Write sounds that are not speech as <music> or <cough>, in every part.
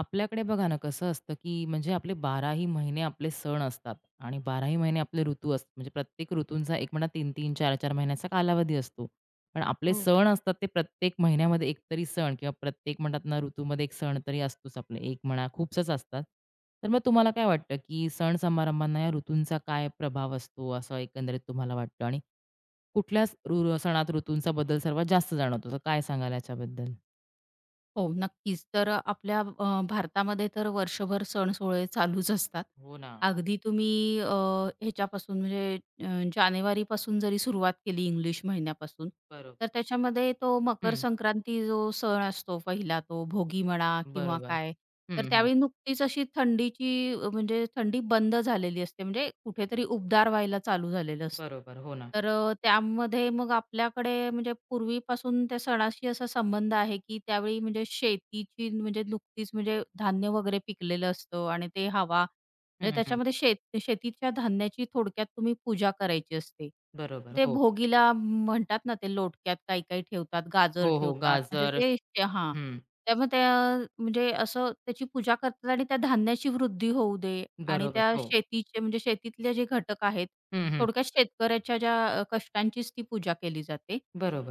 आपल्याकडे बघा ना कसं असतं की म्हणजे आपले बाराही महिने आपले सण असतात आणि बाराही महिने आपले ऋतू असतात म्हणजे प्रत्येक ऋतूंचा एक म्हणा तीन तीन चार चार महिन्याचा कालावधी असतो पण आपले हो, सण असतात ते प्रत्येक महिन्यामध्ये एकतरी सण किंवा प्रत्येक म्हणतात ना ऋतूमध्ये एक सण तरी असतोच आपले एक म्हणा खूपच असतात तर मग तुम्हाला काय वाटतं की सण समारंभांना या ऋतूंचा काय प्रभाव असतो असं एकंदरीत तुम्हाला वाटतं आणि कुठल्या सणात ऋतूंचा बदल सर्वात जास्त जाणवतो तर काय सांगाल याच्याबद्दल हो, नक्कीच. तर आपल्या भारतामध्ये तर वर्षभर सण-सोहळे चालूच असतात. हो ना अगदी तुम्ही अ, ह्याच्यापासून म्हणजे अ, जानेवारीपासून जरी सुरुवात केली इंग्लिश महिन्यापासून, बरोबर तर त्याच्यामध्ये तो मकर हम्म, संक्रांती जो सण असतो पहिला तो भोगी म्हणा किंवा बरोबर काय, तर हम्म, हम्म. त्यावेळी नुकतीच अशी थंडीची म्हणजे थंडी बंद झालेली असते म्हणजे कुठेतरी उबदार व्हायला चालू झालेलं असतं. बरोबर, हो ना. तर त्यामध्ये मग आपल्याकडे म्हणजे पूर्वीपासून त्या सणाशी असा संबंध आहे, की त्यावेळी म्हणजे शेतीची म्हणजे नुकतीच म्हणजे धान्य वगैरे पिकलेलं असतं आणि ते हवा म्हणजे हं, हं. त्याच्यामध्ये शेतीच्या धान्याची थोडक्यात तुम्ही पूजा करायची असते. बरोबर. ते हो. भोगीला म्हणतात ना, ते लोटक्यात काही-काही ठेवतात, गाजर हो, हो. ठेवतात. म्हणजे गाजर ते ते हां. हं. त्यामुळे त्या म्हणजे असं त्याची पूजा करतात आणि त्या धान्याची वृद्धी होऊ दे आणि बरोबर. त्या हो. शेतीचे म्हणजे शेतीतले जे घटक आहेत, हं, हं. थोडक्यात शेतकऱ्याच्या ज्या कष्टांचीच ती पूजा केली जाते.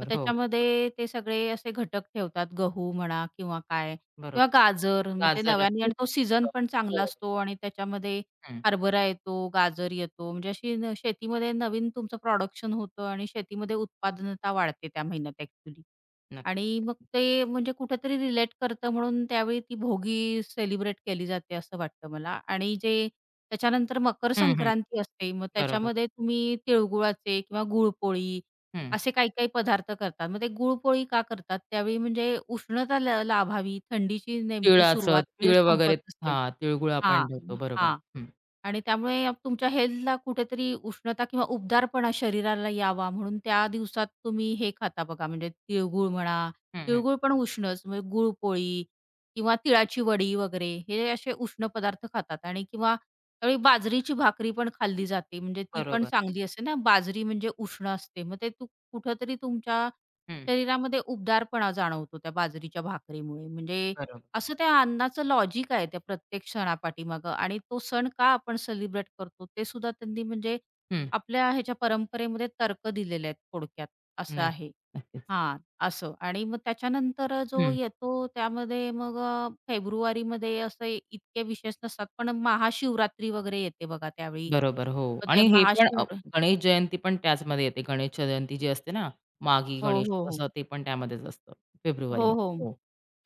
मग हो. त्याच्यामध्ये ते सगळे असे घटक ठेवतात. गहू म्हणा किंवा काय बरोबर. किंवा गाजर, मग ते गाजर नव्याने आणि तो सीझन पण चांगला बरोबर. असतो आणि त्याच्यामध्ये हं. हरभरा येतो, गाजर येतो, म्हणजे अशी न शेतीमध्ये नवीन तुमचं प्रोडक्शन होतं आणि शेतीमध्ये उत्पादनता वाढते त्या महिन्यात ॲक्चुअली. आणि नक्की. मग ते म्हणजे कुठेतरी रिलेट करतं म्हणून त्यावेळी ती भोगी सेलिब्रेट केली जाते असं वाटतं मला. आणि जे त्याच्यानंतर मकर हं, हं. संक्रांती असते, मग बरोबर. त्याच्यामध्ये तुम्ही तिळगुळाचे किंवा गुळपोळी हं. असे काही-काही पदार्थ करतात. मग ते गुळपोळी का करतात? त्यावेळी म्हणजे उष्णता लाभावी, थंडीची नेमकी तिळाचं, सुरुवात म्हणजे तीळ संपत वगैरे असते. हां, तिळगुळ हां, आपण ठेवतो. बरोबर. हां. हं. आणि त्यामुळे तुमच्या हेल्थला कुठेतरी उष्णता किंवा उबदारपणा शरीराला यावा म्हणून त्या दिवसात तुम्ही हे खाता बघा म्हणजे तिळगुळ म्हणा, हं, हं. तिळगुळ पण उष्णच म्हणजे गुळपोळी किंवा तिळाची वडी वगैरे हे असे उष्ण पदार्थ खातात आणि किंवा त्यावेळी बाजरीची भाकरी पण खाल्ली जाते म्हणजे ती पण बरोबर. चांगली असते ना, बाजरी म्हणजे उष्ण असते. मग ते कुठेतरी तुमच्या हं. शरीरामध्ये उबदारपणा जाणवतो त्या बाजरीच्या भाकरीमुळे म्हणजे बरोबर. असं त्या अन्नाचं लॉजिक आहे त्या प्रत्येक सणापाठीमागं आणि तो सण का आपण सेलिब्रेट करतो ते सुद्धा त्यांनी म्हणजे हं. आपल्या ह्याच्या परंपरेमध्ये तर्क दिलेले आहेत थोडक्यात असं नाही. आहे. नक्कीच. हां, असं आणि मग त्याच्यानंतर जो हं. येतो त्यामध्ये मग फेब्रुवारीमध्ये असे इतके विशेष नसतात, पण महाशिवरात्री वगैरे येते बघा त्यावेळी. बरोबर. हो. तर ते आणि हे पण गणेश जयंती पण त्याचमध्ये येते. गणेश जयंती जी असते ना, माघी हो, गणेश हो, हो. असं ते पण त्यामध्येच असतं हो, हो. फेब्रुवारीमध्ये. हो.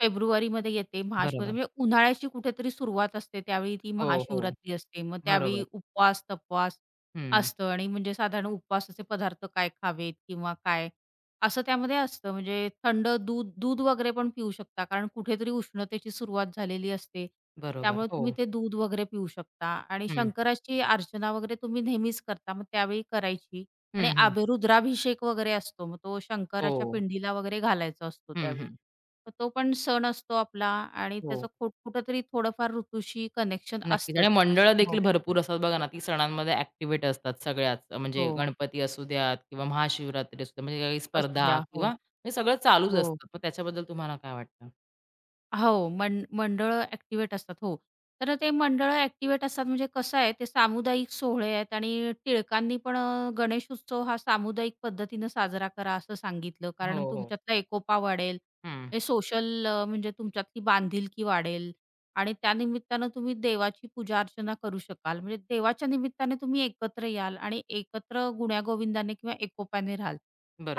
फेब्रुवारीमध्ये येते महाशिवरात्री बरोबर. म्हणजे उन्हाळ्याची कुठेतरी सुरुवात असते त्यावेळी ती हो, हो. महाशिवरात्री असते. मग त्यावेळी बरोबर. उपवास-तपवास हं. असतं आणि म्हणजे साधारण उपवासाचे पदार्थ काय खावेत किंवा काय असं त्यामध्ये असतं. म्हणजे थंड दूध दूध वगैरे पण पिऊ शकता कारण कुठेतरी उष्णतेची सुरुवात झालेली असते. बरोबर. त्यामुळे हो. तुम्ही ते दूध वगैरे पिऊ शकता आणि हं. शंकराची अर्चना वगैरे तुम्ही नेहमीच करता. मग त्यावेळी करायची. आणि हं, हं. रुद्राभिषेक वगैरे असतो. मग तो हो. शंकराच्या पिंडीला वगैरे घालायचा असतो हं, त्यावेळी. हं. मग तो पण सण असतो आपला आणि हो. त्याचं कुठेतरी थोडंफार ऋतूशी कनेक्शन नक्कीच आणि असतंच. मंडळं असतं. देखील हो, भरपूर असतात बघा ना, ती सणांमध्ये ॲक्टिव्हेट असतात सगळ्याच. म्हणजे हो. गणपती असू द्यात किंवा महाशिवरात्री असू द्या, म्हणजे काही असू स्पर्धा द्या. हो, किंवा हे सगळं चालूच हो. असतं. मग त्याच्याबद्दल तुम्हाला काय वाटतं? हो, मंडळं ॲक्टिव्हेट असतात. हो. तर ते मंडळं ॲक्टिव्हेट असतात म्हणजे कसं आहे ते सामुदायिक सोहळे आहेत आणि टिळकांनी पण गणेश उत्सव हा सामुदायिक पद्धतीनं साजरा करा असं सांगितलं. हो, कारण हो. तुमच्यातला एकोपा वाढेल, हं. हे सोशल म्हणजे तुमच्यातली बांधिलकी वाढेल आणि त्यानिमित्तानं तुम्ही देवाची पूजा-अर्चना करू शकाल. म्हणजे देवाच्या निमित्ताने तुम्ही एकत्र याल आणि एकत्र गुण्यागोविंदाने किंवा एकोप्याने राहाल.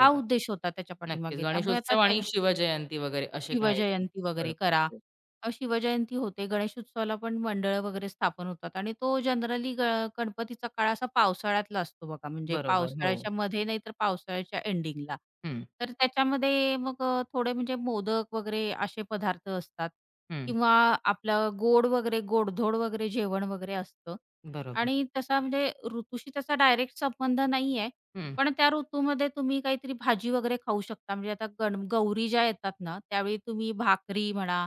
हा उद्देश होता त्याच्या नक्कीच. पाठीमागे. त्यामुळे आता गणेशोत्सव ते आणि शिवजयंती वगैरे असे काही जण- शिवजयंती वगैरे बरोबर. करा. हो. शिवजयंती होते, गणेशोत्सवाला पण मंडळं वगैरे स्थापन होतात आणि तो जनरली गणपतीचा काळ असा पावसाळ्यातला असतो बघा, म्हणजे बरोबर. हो. पावसाळ्याच्या मध्ये नाहीतर पावसाळ्याच्या एंडिंगला. हं. तर त्याच्यामध्ये मग थोडे म्हणजे मोदक वगैरे असे पदार्थ असतात हं. किंवा आपलं गोड वगैरे गोडधोड वगैरे जेवण वगैरे असतं बरोबर. आणि तसा म्हणजे ऋतूशी त्याचा डायरेक्ट संबंध नाहीये. हं. पण त्या ऋतूमध्ये तुम्ही काहीतरी भाजी वगैरे खाऊ शकता. म्हणजे आता गौरी ज्या येतात ना, त्यावेळी तुम्ही भाकरी म्हणा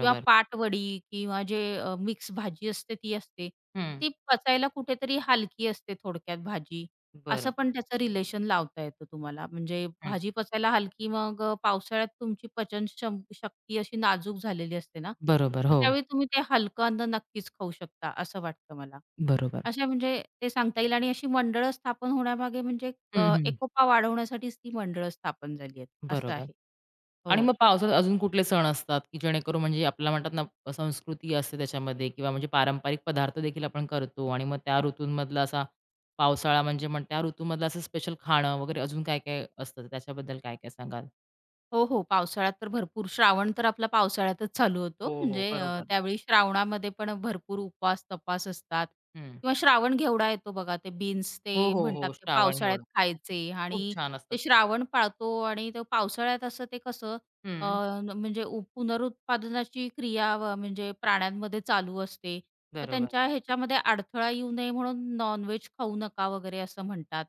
किंवा पाटवडी किंवा जे मिक्स भाजी असते ती असते. हं. ती पचायला कुठेतरी हलकी असते थोडक्यात भाजी. असं बरं. पण त्याचं रिलेशन लावता येतं तुम्हाला. म्हणजे भाजी पचायला हलकी मग पावसाळ्यात तुमची पचन शक्ती अशी नाजूक झालेली असते ना, बरोबर, तर हो. त्यावेळी तुम्ही ते हलकं अन्न नक्कीच खाऊ शकता असं वाटतं मला. बरोबर. अशा म्हणजे ते सांगता येईल आणि अशी मंडळं स्थापन होण्यामागे म्हणजे हं, हं. एकोपा वाढवण्यासाठीच ती मंडळं स्थापन झाली आहेत, असं बरोबर. आहे. आणि हो. मग पावसात अजून कुठले सण असतात, की जेणेकरून म्हणजे आपल्याला म्हणतात ना संस्कृती असते त्याच्यामध्ये किंवा म्हणजे पारंपरिक पदार्थ देखील आपण करतो आणि मग त्या ऋतूंमधला असा पावसाळा म्हणजे मग त्या ऋतूमधलं असं स्पेशल खाणं वगैरे अजून काय-काय असतं त्याच्याबद्दल काय-काय सांगाल? हो, हो. पावसाळ्यात तर भरपूर श्रावण तर आपला पावसाळ्यातच चालू होतो. हो, हो. म्हणजे बरोबर. त्यावेळी श्रावणामध्ये पण भरपूर उपवास-तपास असतात हं. किंवा श्रावण घेवडा येतो बघा. ते बीन्स हो, ते हो, म्हणतात हो. ते श्रावण पावसाळ्यात एवढं. खायचे खूप आणि छान असतात ते ते. श्रावण पाळतो आणि तो पावसाळ्यात असं ते कसं अ, हं. म्हणजे पुनरुत्पादनाची क्रिया व म्हणजे प्राण्यांमध्ये चालू असते. मग बरोबर. त्यांच्या ह्याच्यामध्ये अडथळा येऊ नये म्हणून नॉन खाऊ नका वगैरे असं म्हणतात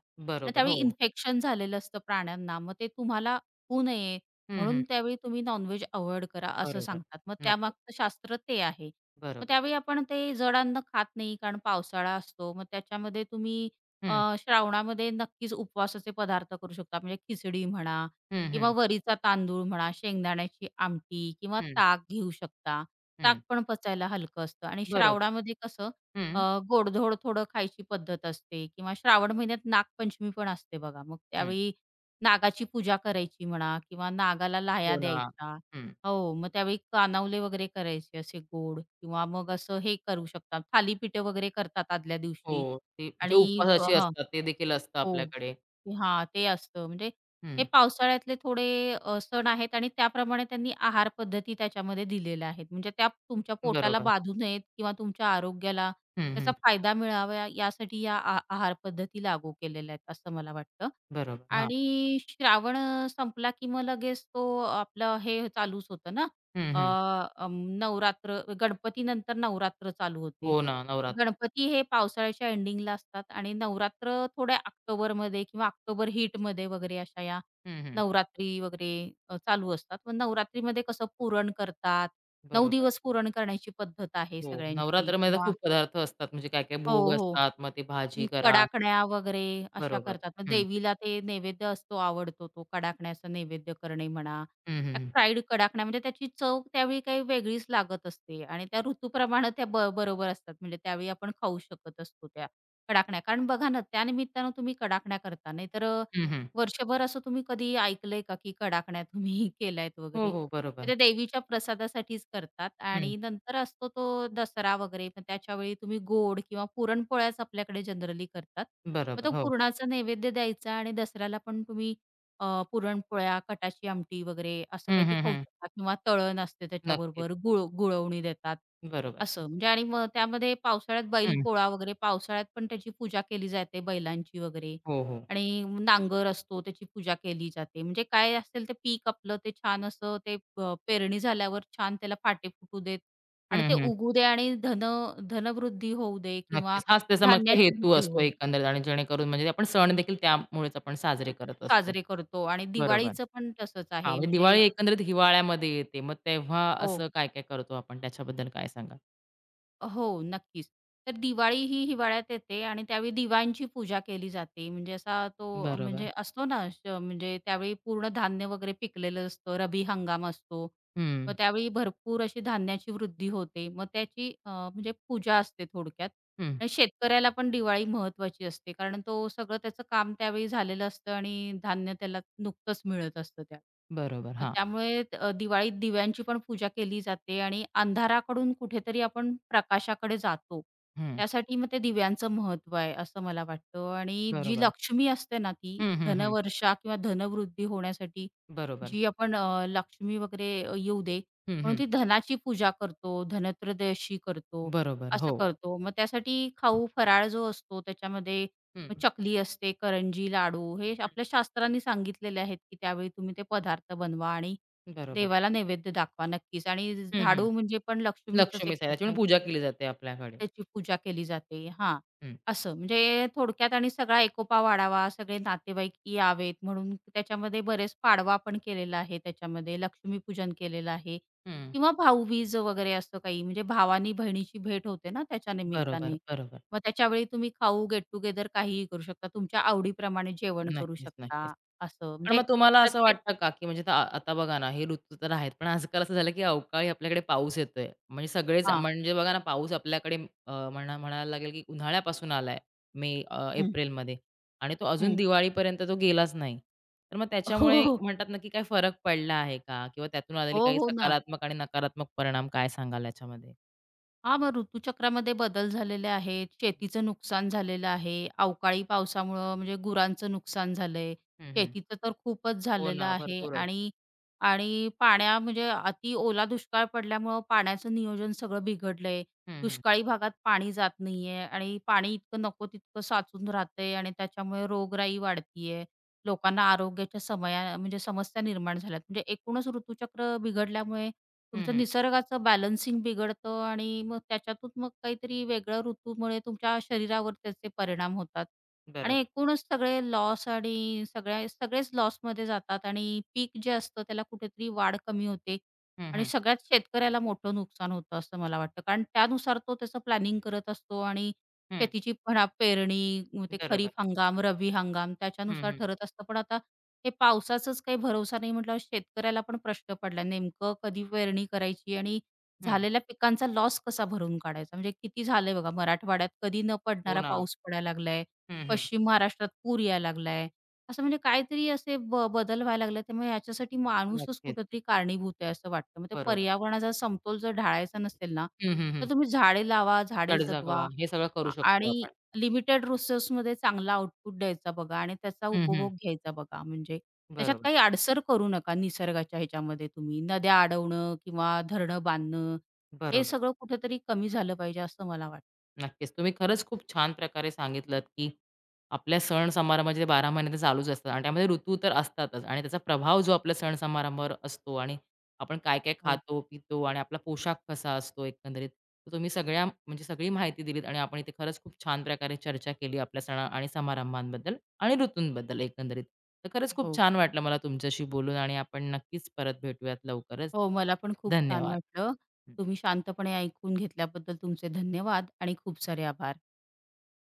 आणि बरोबर. त्यावेळी हो. इन्फेक्शन झालेलं असतं प्राण्यांना. मग ते तुम्हाला होऊ नये हं, हं. म्हणून त्यावेळी तुम्ही नॉनव्हेज अव्हॉइड करा असं बरोबर. सांगतात. मग नक्कीच. त्यामागचं शास्त्र ते आहे. मग बरोबर. त्यावेळी आपण ते जड अन्न खात नाही कारण पावसाळा असतो. मग त्याच्यामध्ये तुम्ही अ, हं. श्रावणामध्ये नक्कीच उपवासाचे पदार्थ करू शकता. म्हणजे खिचडी म्हणा हं, किंवा हं. वरीचा तांदूळ म्हणा, शेंगदाण्याची आमटी किंवा हं, ताक घेऊ शकता. ताक हं. पण पचायला हलकं असतं आणि बरोबर. श्रावणामध्ये कसं अ, हं. गोडधोड थोडं खायची पद्धत असते किंवा श्रावण महिन्यात नागपंचमी पण असते बघा. मग हं. त्यावेळी नागाची पूजा करायची म्हणा किंवा नागाला लाह्या हो ना. द्यायच्या. हं. हो, मग त्यावेळी कानावले वगैरे करायचे असे गोड किंवा मग असं हे करू शकतात, थालीपीठं वगैरे करतात आदल्या दिवशी हो. ते जे आणि उपवासाचे हां. असतात ते देखील असतं हो. आपल्याकडे. हां, ते असतं. म्हणजे हे हं. पावसाळ्यातले थोडे सण आहेत आणि त्याप्रमाणे त्यांनी आहार पद्धती त्याच्यामध्ये दिलेल्या आहेत. म्हणजे त्या तुमच्या पोटाला बरोबर. बाधू नयेत किंवा तुमच्या आरोग्याला हं, त्याचा हं. फायदा मिळावा यासाठी या आहार पद्धती लागू केलेल्या आहेत, असं मला वाटतं. बरोबर. हां. आणि श्रावण संपला की मग लगेच तो आपलं हे चालूच होतं ना, हं, अ, हं. नवरात्र गणपतीनंतर नवरात्र चालू होते. हो ना. नवरात्र. गणपती हे पावसाळ्याच्या एंडिंगला असतात आणि नवरात्र थोड्या ऑक्टोबरमध्ये किंवा ऑक्टोबर हीटमध्ये वगैरे अशा या हं, हं. नवरात्री वगैरे चालू असतात. मग नवरात्रीमध्ये कसं पुरण करतात. 9 बरोबर. दिवस पुरण करण्याची पद्धत आहे हो. सगळ्यांची नवरात्रामध्ये तर किंवा खूप पदार्थ असतात. म्हणजे काय-काय हो, भोग हो. असतात. मग ते भाजी करा. कडाकण्या वगैरे अशा बरोबर. करतात. मग हं. देवीला ते नैवेद्य असतो, आवडतो तो कडाकण्याचा नैवेद्य करणे म्हणा, हं, हं, त्या हं. फ्राईड कडाकण्या म्हणजे त्याची चव त्यावेळी काही वेगळीच लागत असते आणि त्या ऋतूप्रमाणे त्या बरोबर असतात. म्हणजे त्यावेळी आपण खाऊ शकत असतो त्या कडाकण्या. कारण बघा ना, त्यानिमित्तानं तुम्ही कडाकण्या करता, नाहीतर हं, हं. वर्षभर असं तुम्ही कधी ऐकलंय का, की कडाकण्या तुम्ही <laughs> केल्यात हो, वगैरे? हो. तर बरोबर. ते देवीच्या प्रसादासाठीच करतात हं. आणि नंतर असतो तो दसरा वगैरे, पण त्याच्यावेळी तुम्ही गोड किंवा पुरणपोळ्याच आपल्याकडे जनरली करतात. मग तो बरोबर. हो. पुरणाचा नैवेद्य द्यायचा आणि दसऱ्याला पण तुम्ही पुरणपोळ्या, कटाची आमटी वगैरे असं हं, काहीतरी हं, खाऊ हं. शकता किंवा तळण असते नक्कीच. त्याच्याबरोबर, गुळवणी देतात. बरोबर. असं म्हणजे आणि मग त्यामध्ये पावसाळ्यात बैल हं. पोळा वगैरे, पावसाळ्यात पण त्याची पूजा केली जाते बैलांची वगैरे. हो, हो. आणि नांगर असतो, त्याची पूजा केली जाते. म्हणजे काय असेल ते पीक आपलं ते छान असं ते पेरणी झाल्यावर छान त्याला फाटे फुटू देत आणि हं, ते हं. उगू दे आणि धनवृद्धी होऊ दे किंवा नक्कीच. हाच त्याचा मागचा धान्याची हेतू वृद्धी असतो होऊ एकंदरीत आणि जेणेकरून म्हणजे आपण सण देखील त्यामुळेच आपण साजरे दे, करत असतो. साजरे करतो आणि बरोबर. दिवाळीचं पण तसंच हां, आहे. म्हणजे म्हणजे दिवाळी एकंदरीत हिवाळ्यामध्ये येते. मग तेव्हा हो. असं काय-काय करतो आपण त्याच्याबद्दल काय सांगाल? हो, नक्कीच. तर दिवाळी ही हिवाळ्यात येते आणि त्यावेळी दिव्यांची पूजा केली जाते. म्हणजे असा तो बरोबर. म्हणजे असतो ना, म्हणजे त्यावेळी पूर्ण धान्य वगैरे पिकलेलं असतं. रब्बी हंगाम असतो. हं, मग त्यावेळी भरपूर अशी धान्याची वृद्धी होते. मग त्याची म्हणजे पूजा असते थोडक्यात. हं. आणि शेतकऱ्याला पण दिवाळी महत्वाची असते. कारण तो सगळं त्याचं काम त्यावेळी झालेलं असतं आणि धान्य त्याला नुकतंच मिळत असतं त्या बरोबर. मग हां. त्यामुळे दिवाळीत दिव्यांची पण पूजा केली जाते आणि अंधाराकडून कुठेतरी आपण प्रकाशाकडे जातो. हं. त्यासाठी मग ते दिव्यांचं महत्त्व आहे असं मला वाटतं आणि जी बरोबर. लक्ष्मी असते ना ती हं, हं, हं. धनवर्षा किंवा धनवृद्धी होण्यासाठी बरोबर. जी आपण लक्ष्मी वगैरे येऊ दे हं, म्हणून हं. ती धनाची पूजा करतो, धनत्रयोदशी करतो. बरोबर. असं हो. करतो. मग त्यासाठी खाऊ फराळ जो असतो त्याच्यामध्ये हं, मग हं. चकली असते, करंजी, लाडू हे आपल्या शास्त्रांनी सांगितलेले आहेत, की त्यावेळी तुम्ही ते पदार्थ बनवा आणि बरोबर. देवाला नैवेद्य दाखवा नक्कीच आणि हं, हं. झाडू म्हणजे पण लक्ष्मीचंच एक लक्ष्मीच आहे. रूप त्याची पण आहे. पूजा केली जाते आपल्याकडे. त्याची पूजा केली जाते. हां. हं, असं म्हणजे थोडक्यात आणि सगळा एकोपा वाढावा, सगळे नातेवाईक यावेत म्हणून त्याच्यामध्ये बरेच पाडवा पण केलेला आहे त्याच्यामध्ये, लक्ष्मीपूजन केलेलं आहे हं. किंवा भाऊबीज वगैरे असं काही म्हणजे भावानी बहिणीची भेट होते ना त्याच्या बरोबर, निमित्ताने. बरोबर. मग त्याच्यावेळी तुम्ही खाऊ, गेट टुगेदर काहीही करू शकता. तुमच्या आवडीप्रमाणे जेवण करू नक्कीच, नक्कीच. शकता असं पण म्हणजे मग तुम्हाला असं प्रत्येक वाटतं का, की म्हणजे आता आता बघा ना, हे ऋतू तर आहेत, पण आजकाल असं झालं, की अवकाळी आपल्याकडे पाऊस येतोय. म्हणजे सगळेच हां. म्हणजे बघा ना, पाऊस आपल्याकडे म्हणा म्हणायला लागेल, की उन्हाळ्यापासून आलाय मे हं, एप्रिलमध्ये आणि तो अजून हं. दिवाळीपर्यंत तो गेलाच नाही. तर मग हो, हो, त्याच्यामुळे हो. म्हणतात ना, की काही फरक पडला आहे का? किंवा त्यातून आलेले हो, काही हो ना. सकारात्मक आणि नकारात्मक परिणाम काय सांगाल याच्यामध्ये? हां, मग ऋतूचक्रामध्ये बदल झालेले आहेत. शेतीचं नुकसान झालेलं आहे. अवकाळी पावसामुळं म्हणजे गुरांचं नुकसान झालंय. हं, हं, हं. शेतीचं तर खूपच हो झालेलं ना, आहे भरपूरच. आणि आणि पाण्या म्हणजे अति ओला दुष्काळ पडल्यामुळं पाण्याचं नियोजन सगळं बिघडलंय. हं, हं. दुष्काळी भागात पाणी जात नाहीये आणि पाणी इतकं नको तितकं साचून राहतंय आणि त्याच्यामुळे रोगराई वाढतीये. लोकांना आरोग्याच्या समया म्हणजे समस्या निर्माण झाल्यात. म्हणजे एकूणच ऋतुचक्र बिघडल्यामुळे हं, तुमचं हं. निसर्गाचं बॅलन्सिंग बिघडतं आणि मग त्याच्यातून मग काहीतरी वेगळं ऋतूमुळे तुमच्या शरीरावर त्याचे परिणाम होतात आणि बरोबर. एकूणच सगळे लॉस आणि सगळेच लॉसमध्ये जातात आणि पीक जे असतं त्याला कुठेतरी वाढ कमी होते हं, आणि हं. सगळ्यात शेतकऱ्याला मोठं नुकसान होतं असं मला वाटतं. कारण त्यानुसार तो त्याचं प्लॅनिंग करत असतो आणि हं. शेतीची म्हणा पेरणी, मग ते बरोबर. खरीप हंगाम, रब्बी हंगाम हं, त्याच्यानुसार हं. ठरत असतं. पण आता हे पावसाचाच काही भरवसा नाही म्हटल्यावर शेतकऱ्याला पण प्रश्न पडला. नेमकं कधी पेरणी करायची आणि हं. झालेल्या पिकांचा लॉस कसा भरून काढायचा? म्हणजे किती झालंय बघा मराठवाड्यात कधी न हो पडणारा ना. पाऊस पडायला लागलाय. हं, हं. पश्चिम महाराष्ट्रात पूर यायला लागलाय. असं म्हणजे काहीतरी असे बदल व्हायला लागले. त्यामुळे याच्यासाठी माणूसच नक्कीच. कुठेतरी कारणीभूत आहे असं वाटतं. मग ते बरोबर. पर्यावरणाचा समतोल जर ढाळायचा नसेल ना, हं, हं, हं. तर तुम्ही झाडे लावा, झाडे तडजगवा जगवा. हे सगळं करू शकतो आणि आपण. लिमिटेड रिसोर्समध्ये चांगला आउटपुट द्यायचा बघा आणि त्याचा हं, हं. उपभोग घ्यायचा बघा. म्हणजे त्याच्यात बरोबर, काही आडसर करू नका निसर्गाच्या ह्याच्यामध्ये तुम्ही. नद्या अडवणं किंवा धरणं बांधणं, हे बरोबर. सगळं कुठेतरी कमी झालं पाहिजे असं मला वाटतं. नक्कीच. तुम्ही खरंच खूप छान प्रकारे सांगितलत, की आपल्या सण समारंभाचे 12 महिने तर चालूच असतात आणि त्यामध्ये ऋतू तर असतातच आणि त्याचा प्रभाव जो आपल्या सण समारंभावर असतो आणि आपण काय-काय हो, खातो, पितो आणि आपला पोशाख कसा असतो एकंदरीत. तर तुम्ही सगळ्या म्हणजे सगळी माहिती दिलीत आणि आपण इथे खरंच खूप छान प्रकारे चर्चा केली आपल्या सण आणि समारंभांबद्दल आणि ऋतूंबद्दल एकंदरीत. तर खरंच खूप हो. छान वाटलं मला तुमच्याशी बोलून आणि आपण नक्कीच परत भेटूयात लवकरच. हो, मला पण खूप छान धन्यवाद. वाटलं. तुम्ही शांतपणे ऐकून घेतल्याबद्दल तुमचे धन्यवाद आणि खूप सारे आभार.